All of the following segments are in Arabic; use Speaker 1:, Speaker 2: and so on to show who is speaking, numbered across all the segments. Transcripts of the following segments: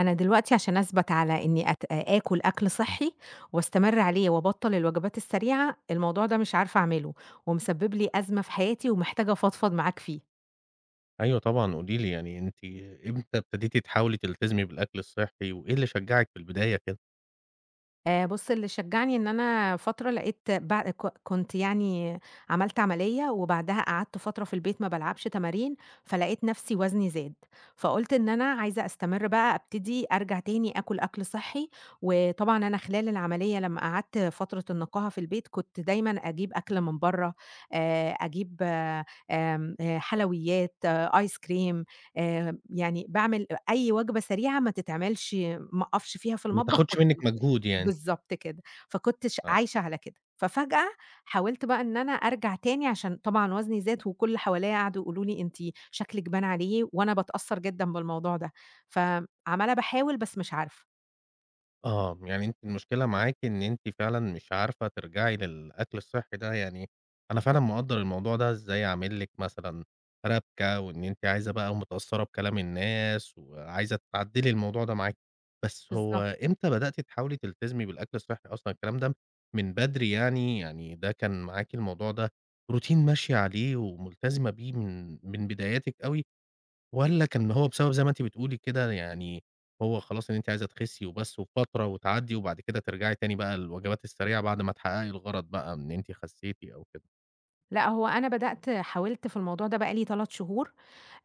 Speaker 1: أنا دلوقتي عشان أثبت على إني آكل أكل صحّي واستمر عليه وأبطّل الوجبات السريعة، الموضوع ده مش عارفة أعمله، ومسبب لي أزمة في حياتي ومحتاجة أفضفض معاك فيه.
Speaker 2: أيوه طبعًا، قولي لي أنتِ إمتى ابتديتِ تحاولي تلتزمي بالأكل الصحّي، وإيه اللي شجّعِك في البداية كده؟
Speaker 1: بُص، اللي شجّعني إن أنا فترة لقيت بع ك كنت يعني عملت عملية، وبعدها قعدت فترة في البيت ما بالعبش تمارين، فلقيت نَفْسي وزني زاد، فقُلت إن أنا عايزة أستمر بقى أبتدي أرجع تاني آكُل أكل صحّي، وطبعًا أنا خلال العملية لمّا قعدت فترة النقاهة في البيت، كنت دايمًا أجيب أكل من برّه، أجيب آمم حلويات، آيس كريم، يعني باعمل أي وجبة سريعة ما تتعملش ما أقفش فيها في
Speaker 2: ما
Speaker 1: المطبخ
Speaker 2: تاخدش
Speaker 1: كنت.
Speaker 2: منِّك مجهود يعني.
Speaker 1: بالضبط كده، فكنت
Speaker 2: آه.
Speaker 1: عايشة على كده، ففجأة حاولت بقى إن أنا أرجع تاني عشان طبعًا وزني زاد وكل اللي حواليّا قعدوا يقولوا لي: "أنتِ شكلِك بان عليه." وأنا باتأثّر جدًا بالموضوع ده، فعمّالة باحاول بس مش عارفة.
Speaker 2: آه، يعني أنتِ المشكلة معاكِ إن أنتِ فعلًا مش عارفة ترجعي للأكل الصحّي ده، يعني أنا فعلًا مقدّر الموضوع ده، إزاي عامل لِك مثلًا ربكة، وإن أنتِ عايزة بقى ومتأثّرة بكلام الناس، وعايزة تعدّلي الموضوع ده معاكِ، بس هو
Speaker 1: بالضبط.
Speaker 2: إمتى بدأتِ تحاولي تلتزمي بالأكل الصحّي أصلًا؟ الكلام ده من بدري يعني، يعني ده كان معاكِ الموضوع ده روتين ماشية عليه وملتزمة بيه من بداياتِك أوي، والّا كان هو بسبب زي ما أنتِ بتقولي كده يعني هو خلاص إن أنتِ عايزة تخسّي وبس وفترة وتعدّي وبعد كده ترجعي تاني بقى للوجبات السريعة بعد ما تحققي الغرض بقى من إن أنتِ خسّيتِ أو كده؟
Speaker 1: لأ هو أنا بدأت حاولت في الموضوع ده بقى لي 3 شهور،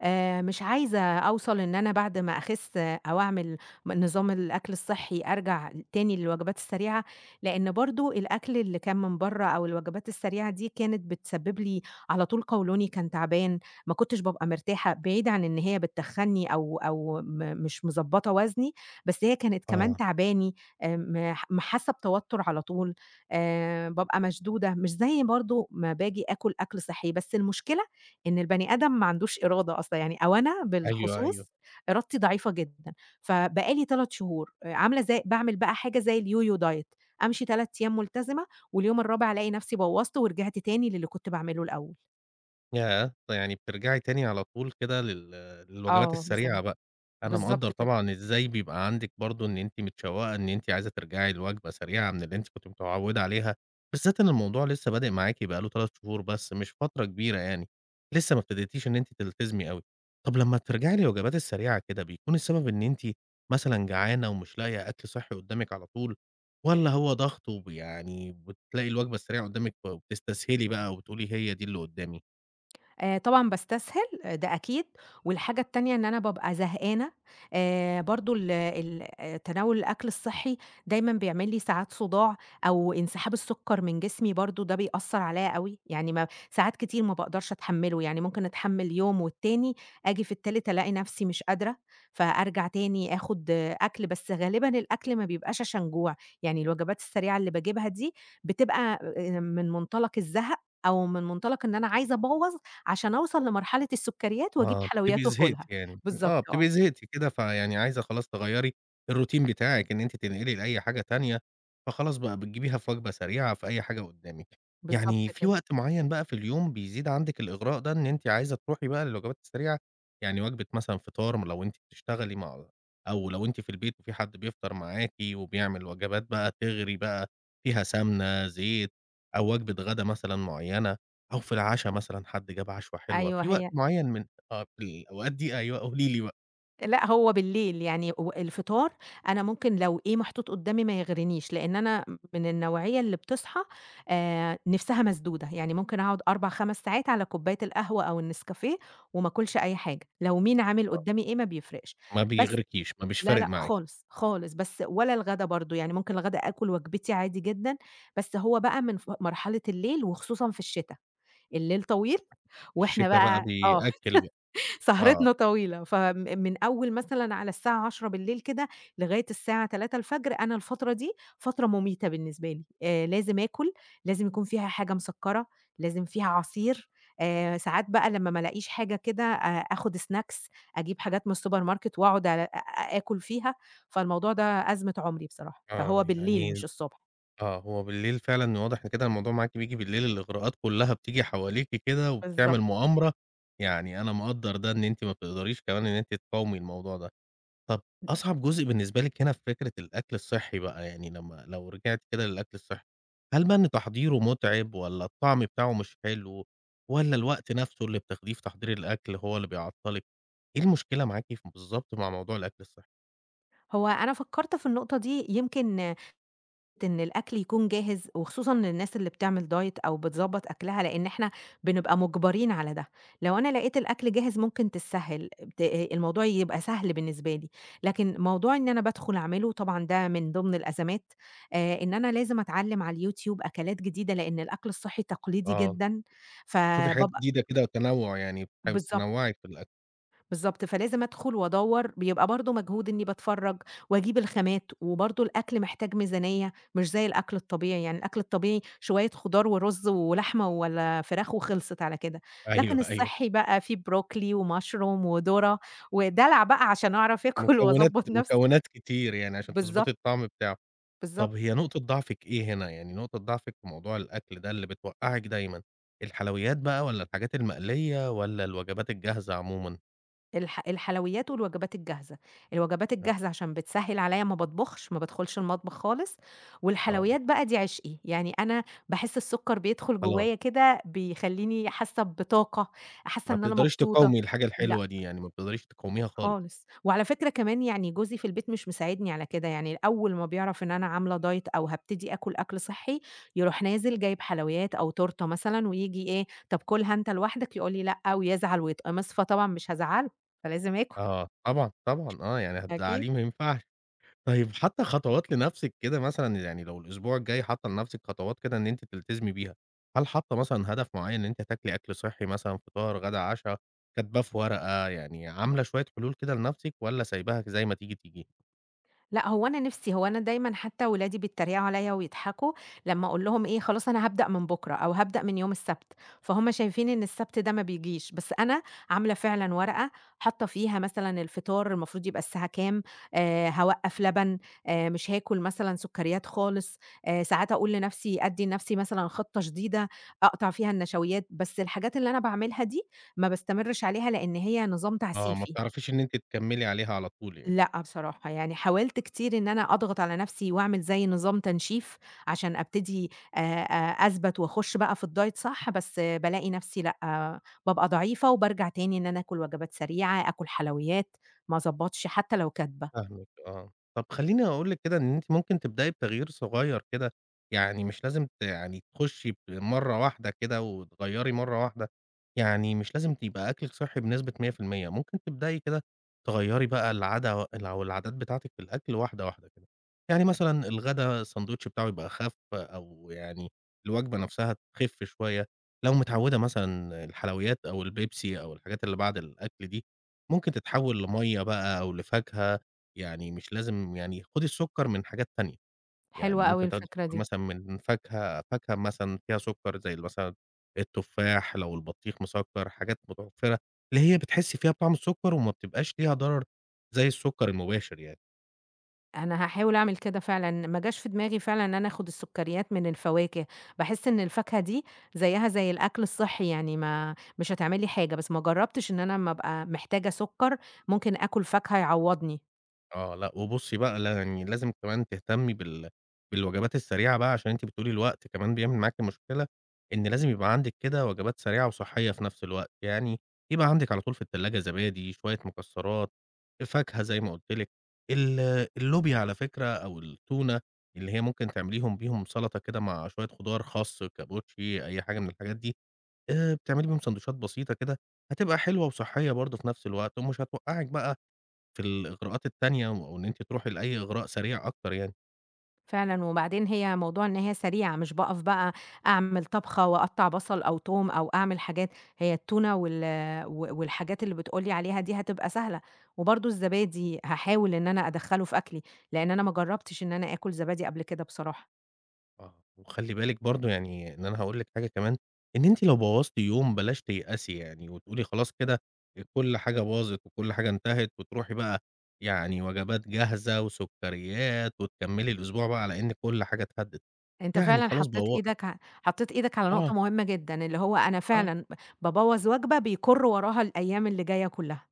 Speaker 1: مش عايزة أوصل إن أنا بعد ما أخِس أو أعمل نظام الأكل الصحّي أرجع تاني للوجبات السريعة، لإن برضه الأكل اللي كان من برّه أو الوجبات السريعة دي كانت بتسبب لي على طول قولوني كان تعبان، ما كنتش بابقى مرتاحة، بعيد عن إن هي بتتخنّي أو مش مضبّطة وزني، بس هي كانت كمان
Speaker 2: آه،
Speaker 1: تعباني، م م حاسة بتوتُّر على طول، بابقى مشدودة، مش زي برضه ما باجي آكُل أكل صحّي، بس المشكلة إن البني آدم ما عندوش إرادة أصلًا يعني أو أنا
Speaker 2: أيوه، أيوه.
Speaker 1: بالخصوص إرادتي ضعيفة جدًا، فبقى لي 3 شهور عاملة زي باعمل بقى حاجة زي الYoYo diet، أمشي 3 أيام ملتزمة واليوم الرابع ألاقي نفسي بوّظت ورجعت تاني للي كنت باعمله الأول.
Speaker 2: ياه! فيعني بترجعي تاني على طول كده للوجبات
Speaker 1: آه،
Speaker 2: السريعة
Speaker 1: بصراحة.
Speaker 2: بقى. أنا مقدّر
Speaker 1: بالضبط كده.
Speaker 2: طبعًا إزاي بيبقى عندِك برضه إن أنتِ متشوّقة إن أنتِ عايزة ترجعي لوجبة سريعة من اللي أنتِ كنتِ متعوّدة عليها، بالذات إن الموضوع لسه بادئ معاكِ بقى له 3 شهور بس، مش فترة كبيرة يعني، لسه ما ابتديتيش إن أنتِ تلتزمي أوي. طب لمّا بترجعي للوجبات السريعة كده، بيكون السبب إن أنتِ مثلًا جعانة ومش لاقية أكل صحّي قدّامِك على طول، والّا هو ضغط يعني بتلاقي الوجبة السريعة قدّامِك وبتستسهلي بقى وبتقولي هي دي اللي قدّامي؟
Speaker 1: طبعًا باستسهل، آه، ده أكيد، والحاجة التانية إن أنا بابقى زهقانة، برضه ال ال آه، تناول الأكل الصحّي دايمًا بيعمل لي ساعات صداع أو انسحاب السُكّر من جسمي، برضه ده بيأثّر عليّا أوي، يعني ما ساعات كتير ما باقدرش أتحمّله، يعني ممكن أتحمّل يوم والتاني آجي في التالت ألاقي نَفْسي مش قادرة، فأرجع تاني آخُد، أكل، بس غالبًا الأكل ما بيبقاش عشان جوع، يعني الوجبات السريعة اللي باجيبها دي بتبقى من منطلق الزهق، أو من منطلق إن أنا عايزة أبوّظ عشان أوصل لمرحلة السكريات وأجيب
Speaker 2: آه، بتبقي
Speaker 1: حلويات
Speaker 2: زهقتِ
Speaker 1: وآكلها.
Speaker 2: يعني،
Speaker 1: بالضبط،
Speaker 2: آه، بتبقي
Speaker 1: آه،
Speaker 2: زهقتِ كده فيعني عايزة خلاص تغيّري الروتين بتاعِك إن أنتِ تنقلي لأي حاجة تانية، فخلاص بقى بتجيبيها في وجبة سريعة، في أي حاجة قدامِك.
Speaker 1: بالضبط
Speaker 2: يعني في
Speaker 1: كده.
Speaker 2: وقت معيّن بقى في اليوم بيزيد عندِك الإغراء ده إن أنتِ عايزة تروحي بقى للوجبات السريعة؟ يعني وجبة مثلًا فطار لو أنتِ بتشتغلي مع أو لو أنتِ في البيت وفي حد بيفطر معاكِ وبيعمل وجبات بقى تغري بقى فيها سمنة، زيت، أو وجبة غدا مثلًا معيّنة، أو في العشا مثلًا حد جاب عشوة حلوة،
Speaker 1: أيوه
Speaker 2: في وقت
Speaker 1: هي.
Speaker 2: معيّن من آه، في الأوقات دي أيوه، قولي لي بقى،
Speaker 1: لأ، هو بالليل يعني و الفطار أنا ممكن لو إيه محطوط قدّامي ما يغرينيش، لإن أنا من النوعية اللي بتصحى نِفْسها مسدودة، يعني ممكن أقعد 4، 5 ساعات على كوباية القهوة أو النسكافيه وما آكلش أي حاجة، لو مين عامل
Speaker 2: آه،
Speaker 1: قدّامي إيه ما بيفرقش.
Speaker 2: ما
Speaker 1: بس
Speaker 2: بيغرِكيش، ما مش
Speaker 1: لا،
Speaker 2: فارق
Speaker 1: لأ
Speaker 2: معاكِ،
Speaker 1: خالص، خالص، بس ولا الغدا برضه، يعني ممكن الغدا آكل وجبتي عادي جدًا، بس هو بقى من مرحلة الليل وخصوصًا في الشتا. الليل طويل وإحنا
Speaker 2: الشتا بقى
Speaker 1: بقى
Speaker 2: بيأكّل بقى، آه،
Speaker 1: سهرتنا طويلة، من أول مثلًا على الساعة 22:00 كده لغاية الساعة 3:00. أنا الفترة دي فترة مميتة بالنسبة لي، لازم آكل، لازم يكون فيها حاجة مسكّرة، لازم فيها عصير، ساعات بقى لمّا ما الاقيش حاجة كده آخُد snacks، أجيب حاجات من السوبر ماركت وأقعد على- أ آكل فيها، فالموضوع ده أزمة عمري بصراحة،
Speaker 2: آه،
Speaker 1: فهو بالليل
Speaker 2: يعني
Speaker 1: مش الصبح.
Speaker 2: آه، هو بالليل فعلًا واضح إن كده الموضوع معاكِ بييجي بالليل، الإغراءات كلّها بتيجي حواليكِ كده وبتعمل
Speaker 1: بالضبط.
Speaker 2: مؤامرة، يعني أنا مقدّر ده إن أنتِ ما بتقدريش كمان إن أنتِ تقاومي الموضوع ده. طب أصعب جزء بالنسبة لِك هنا في فكرة الأكل الصحّي بقى، يعني لمّا لو رجعتِ كده للأكل الصحّي، هل بقى إن تحضيره مُتعِب والّا الطعم بتاعه مش حلو والّا الوقت نَفْسه اللي بتاخديه في تحضير الأكل هو اللي بيعطّلِك؟ إيه المشكلة معاكِ بالضبط مع موضوع الأكل الصحّي؟
Speaker 1: هو أنا فكّرت في النقطة دي يمكن إن الأكل يكون جاهز وخصوصًا للناس اللي بتعمل diet أو بتضبّط أكلها، لإن إحنا بنبقى مُجبرين على ده. لو أنا لقيت الأكل جاهز ممكن تتسهّل، الموضوع يبقى سهل بالنسبة لي، لكن موضوع إن أنا بادخل أعمله طبعًا ده من ضمن الأزمات، إن أنا لازم أتعلّم على الYouTube أكلات جديدة، لإن الأكل الصحّي تقليدي
Speaker 2: آه،
Speaker 1: جدًا،
Speaker 2: تشوفي حاجات
Speaker 1: فبابقى.
Speaker 2: جديدة كده وتنوُّع، يعني بتحاولي
Speaker 1: بالضبط.
Speaker 2: تنوّعي في الأكل.
Speaker 1: بالضبط، فلازم أدخل وأدوّر، بيبقى برضه مجهود إنّي باتفرّج وأجيب الخامات، وبرضه الأكل محتاج ميزانيّة، مش زي الأكل الطبيعي، يعني الأكل الطبيعي شوية خضار ورُز ولحمة والّا فراخ وخلصت على كده، لكن
Speaker 2: أيوه، أيوه.
Speaker 1: الصحّي بقى فيه بروكلي ومشروم وذرة ودلع بقى عشان أعرف آكل
Speaker 2: مكونات
Speaker 1: وأضبّط نفسي.
Speaker 2: مكونات كتير يعني عشان تضبطي
Speaker 1: بالضبط،
Speaker 2: الطعم بتاعه. طب
Speaker 1: بالضبط.
Speaker 2: هي نقطة ضعفِك إيه هنا؟ يعني نقطة ضعفِك في موضوع الأكل ده اللي بتوقّعِك دايمًا، الحلويات بقى والّا الحاجات المقلية والّا الوجبات الجاهزة عمومًا؟
Speaker 1: الحلويات والوجبات الجاهزة، الوجبات
Speaker 2: آه،
Speaker 1: الجاهزة عشان بتسهّل عليَّ ما باطبخش، ما بادخلش المطبخ خالص،
Speaker 2: آه، يعني
Speaker 1: والحلويات بقى دي عشقي، يعني أنا باحس السكر بيدخل
Speaker 2: خلاص
Speaker 1: جوايا كده بيخلّيني حاسة بطاقة، حاسة
Speaker 2: ما
Speaker 1: إن أنا
Speaker 2: بتقدريش
Speaker 1: مبسوطة.
Speaker 2: تقاومي الحاجة
Speaker 1: لأ
Speaker 2: الحلوة دي، يعني ما بتقدريش تقاوميها خالص.
Speaker 1: خالص، وعلى فكرة كمان يعني جوزي في البيت مش مساعدني على كده، يعني أول ما بيعرف إن أنا عاملة دايت أو هابتدي آكل أكل صحّي، يروح نازل جايب حلويات أو تورتة مثلًا وييجي إيه، "طب كُلها أنت لوحدك." يقول لي: "لأ." ويزعل ويتقمص، فطبعًا مش هازعّله، فلازم آكل.
Speaker 2: آه، طبعًا، طبعًا، آه، يعني
Speaker 1: أكيد.
Speaker 2: هتزعّليه ما ينفعش. طيب حاطة خطوات لنفسِك كده مثلًا، يعني لو الأسبوع الجاي حاطة لنفسِك خطوات كده إن أنتِ تلتزمي بيها، هل حاطة مثلًا هدف معين إن أنتِ هتاكلي أكل صحّي مثلًا فطار، غدا، عشا، كاتباه في ورقة، يعني عاملة شوية حلول كده لنفسِك والّا سايباها زي ما تيجي، تيجي؟
Speaker 1: لأ، هو أنا نِفْسي، هو أنا دايمًا حتى ولادي بيتريقوا عليّا ويضحكوا لمّا أقول لهم إيه، خلاص أنا هابدأ من بُكرة أو هابدأ من يوم السبت، فهُم شايفين إن السبت ده ما بيجيش، بس أنا عاملة فعلًا ورقة حاطة فيها مثلًا الفطار المفروض يبقى الساعة كام، هاوقّف لبن، مش هاكل مثلًا سُكّريات خالص، ساعات أقول لنَفْسي أدّي لنَفْسي مثلًا خَطّة شديدة أقطع فيها النشويات، بس الحاجات اللي أنا باعملها دي ما باستمرش عليها لإن هي نظام
Speaker 2: آه، ما
Speaker 1: تعسيفي.
Speaker 2: بتعرفيش إن أنتِ تكمّلي عليها على طول يعني.
Speaker 1: لأ بصراحة، يعني حاولت كتير إن أنا أضغط على نفسي وأعمل زي نظام تنشيف عشان أبتدي أثبت وأخش بقى في الdiet صح، بس بالاقي نفسي لأ، بابقى ضعيفة وبارجع تاني إن أنا آكل وجبات سريعة، آكل حلويات، ما أضبطش حتى لو كاتبة.
Speaker 2: فاهمِك آه. طب خلّيني أقول لِك كده إن أنتِ ممكن تبدئي بتغيير صغير كده، يعني مش لازم يعني تخشي مرّة واحدة كده وتغيّري مرّة واحدة، يعني مش لازم تبقى أكلِك صحّي بنسبة 100% ممكن تبدئي كده تغيّري بقى العادة أو العادات بتاعتِك في الأكل واحدة، واحدة كده. يعني مثلًا الغدا الساندوتش بتاعه يبقى أخَف أو يعني الوجبة نفْسها تخِف شوية، لو متعوّدة مثلًا الحلويات أو البيبسي أو الحاجات اللي بعد الأكل دي، ممكن تتحوّل لمَيّة بقى أو لفاكهة يعني مش لازم يعني خُدي السُكّر من حاجات تانية، يعني
Speaker 1: حلوة أوي
Speaker 2: ممكن تاخدي
Speaker 1: الفكرة
Speaker 2: السُكّر
Speaker 1: دي.
Speaker 2: مثلًا من فاكهة مثلًا فيها سُكّر زي مثلًا التفاح، لو البطيخ مسكّر، حاجات متوفّرة، اللي هي بتحسّي فيها بطعم السُكّر وما بتبقاش ليها ضرر زي السُكّر المباشر يعني.
Speaker 1: أنا هاحاول أعمل كده فعلًا، ما جاش في دماغي فعلًا إن أنا آخُد السُكّريات من الفواكه، باحس إن الفاكهة دي زيّها زي الأكل الصحّي يعني ما مش هتعمل لي حاجة، بس ما جرّبتش إن أنا أمّا أبقى محتاجة سُكّر ممكن آكُل فاكهة يعوّضني.
Speaker 2: آه، لأ وبُصّي بقى لا يعني لازم كمان تهتمي بالوجبات السريعة بقى عشان أنتِ بتقولي الوقت كمان بيعمل معاكِ مشكلة، إن لازم يبقى عندِك كده وجبات سريعة وصحية في نفس الوقت، يعني يبقى عندِك على طول في التلاجة زبادي، شوية مكسرات، فاكهة زي ما قُلت لِك، ال اللوبيا على فكرة أو التونة اللي هي ممكن تعمليهم بيهم سلطة كده مع شوية خضار، خس، كابوتشي، أي حاجة من الحاجات دي، بتعملي بيهم ساندوتشات بسيطة كده، هتبقى حلوة وصحية برضه في نفس الوقت ومش هتوقّعِك بقى في الإغراءات التانية أو إن أنتِ تروحي لأي إغراء سريع أكتر يعني.
Speaker 1: فعلًا، وبعدين هي موضوع إن هي سريعة مش باقف بقى أعمل طبخة وأقطّع بصل أو توم أو أعمل حاجات، هي التونة و والحاجات اللي بتقول لي عليها دي هتبقى سهلة، وبرضه الزبادي هاحاول إن أنا أدخّله في أكلي، لإن أنا ما جرّبتش إن أنا آكُل زبادي قبل كده بصراحة.
Speaker 2: آه. وخلّي بالِك برضه يعني إن أنا هاقول لِك حاجة كمان، إن أنتِ لو بوّظتِ يوم بلاش تيأسي يعني وتقولي خلاص كده كل حاجة باظت وكل حاجة انتهت وتروحي بقى يعني وجبات جاهزة وسكريات وتكمّلي الأسبوع بقى على إن كل حاجة اتهدِّت،
Speaker 1: أنت
Speaker 2: يعني
Speaker 1: فعلًا
Speaker 2: خلاص
Speaker 1: حطّيت
Speaker 2: بو
Speaker 1: إيدك ع، حطّيت إيدك على
Speaker 2: آه،
Speaker 1: نقطة مهمة جدًا، اللي هو أنا
Speaker 2: آه.
Speaker 1: فعلًا بابوّظ وجبة بيكُر وراها الأيام اللي جاية كلّها،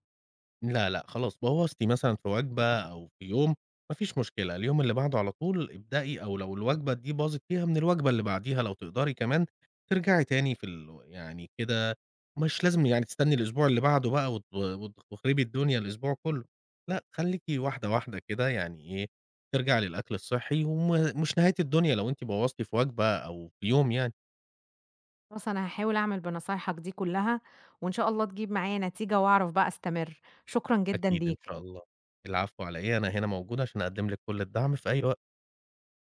Speaker 2: لا، لأ، خلاص بوّظتِ مثلًا في وجبة أو في يوم، ما فيش مشكلة، اليوم اللي بعده على طول ابدئي أو لو الوجبة دي باظت فيها من الوجبة اللي بعديها لو تقدري كمان ترجعي تاني في يعني كده مش لازم يعني تستني الأسبوع اللي بعده بقى وت وت وتخربي الدنيا الأسبوع كلّه، لأ، خلّيكِ واحدة، واحدة كده يعني إيه، ترجعي للأكل الصحّي مش نهاية الدنيا لو أنتِ بوّظتِ في وجبة أو في يوم يعني،
Speaker 1: خلاص أنا هاحاول أعمل بنصايحك دي كلّها، وإن شاء الله تجيب معايا نتيجة وأعرف بقى أستمر، شكرًا جدًا
Speaker 2: أكيد إن
Speaker 1: ليك.
Speaker 2: شاء الله. العفو على إيه، أنا هنا موجود عشان أقدّم لِك كل الدعم في أي وقت.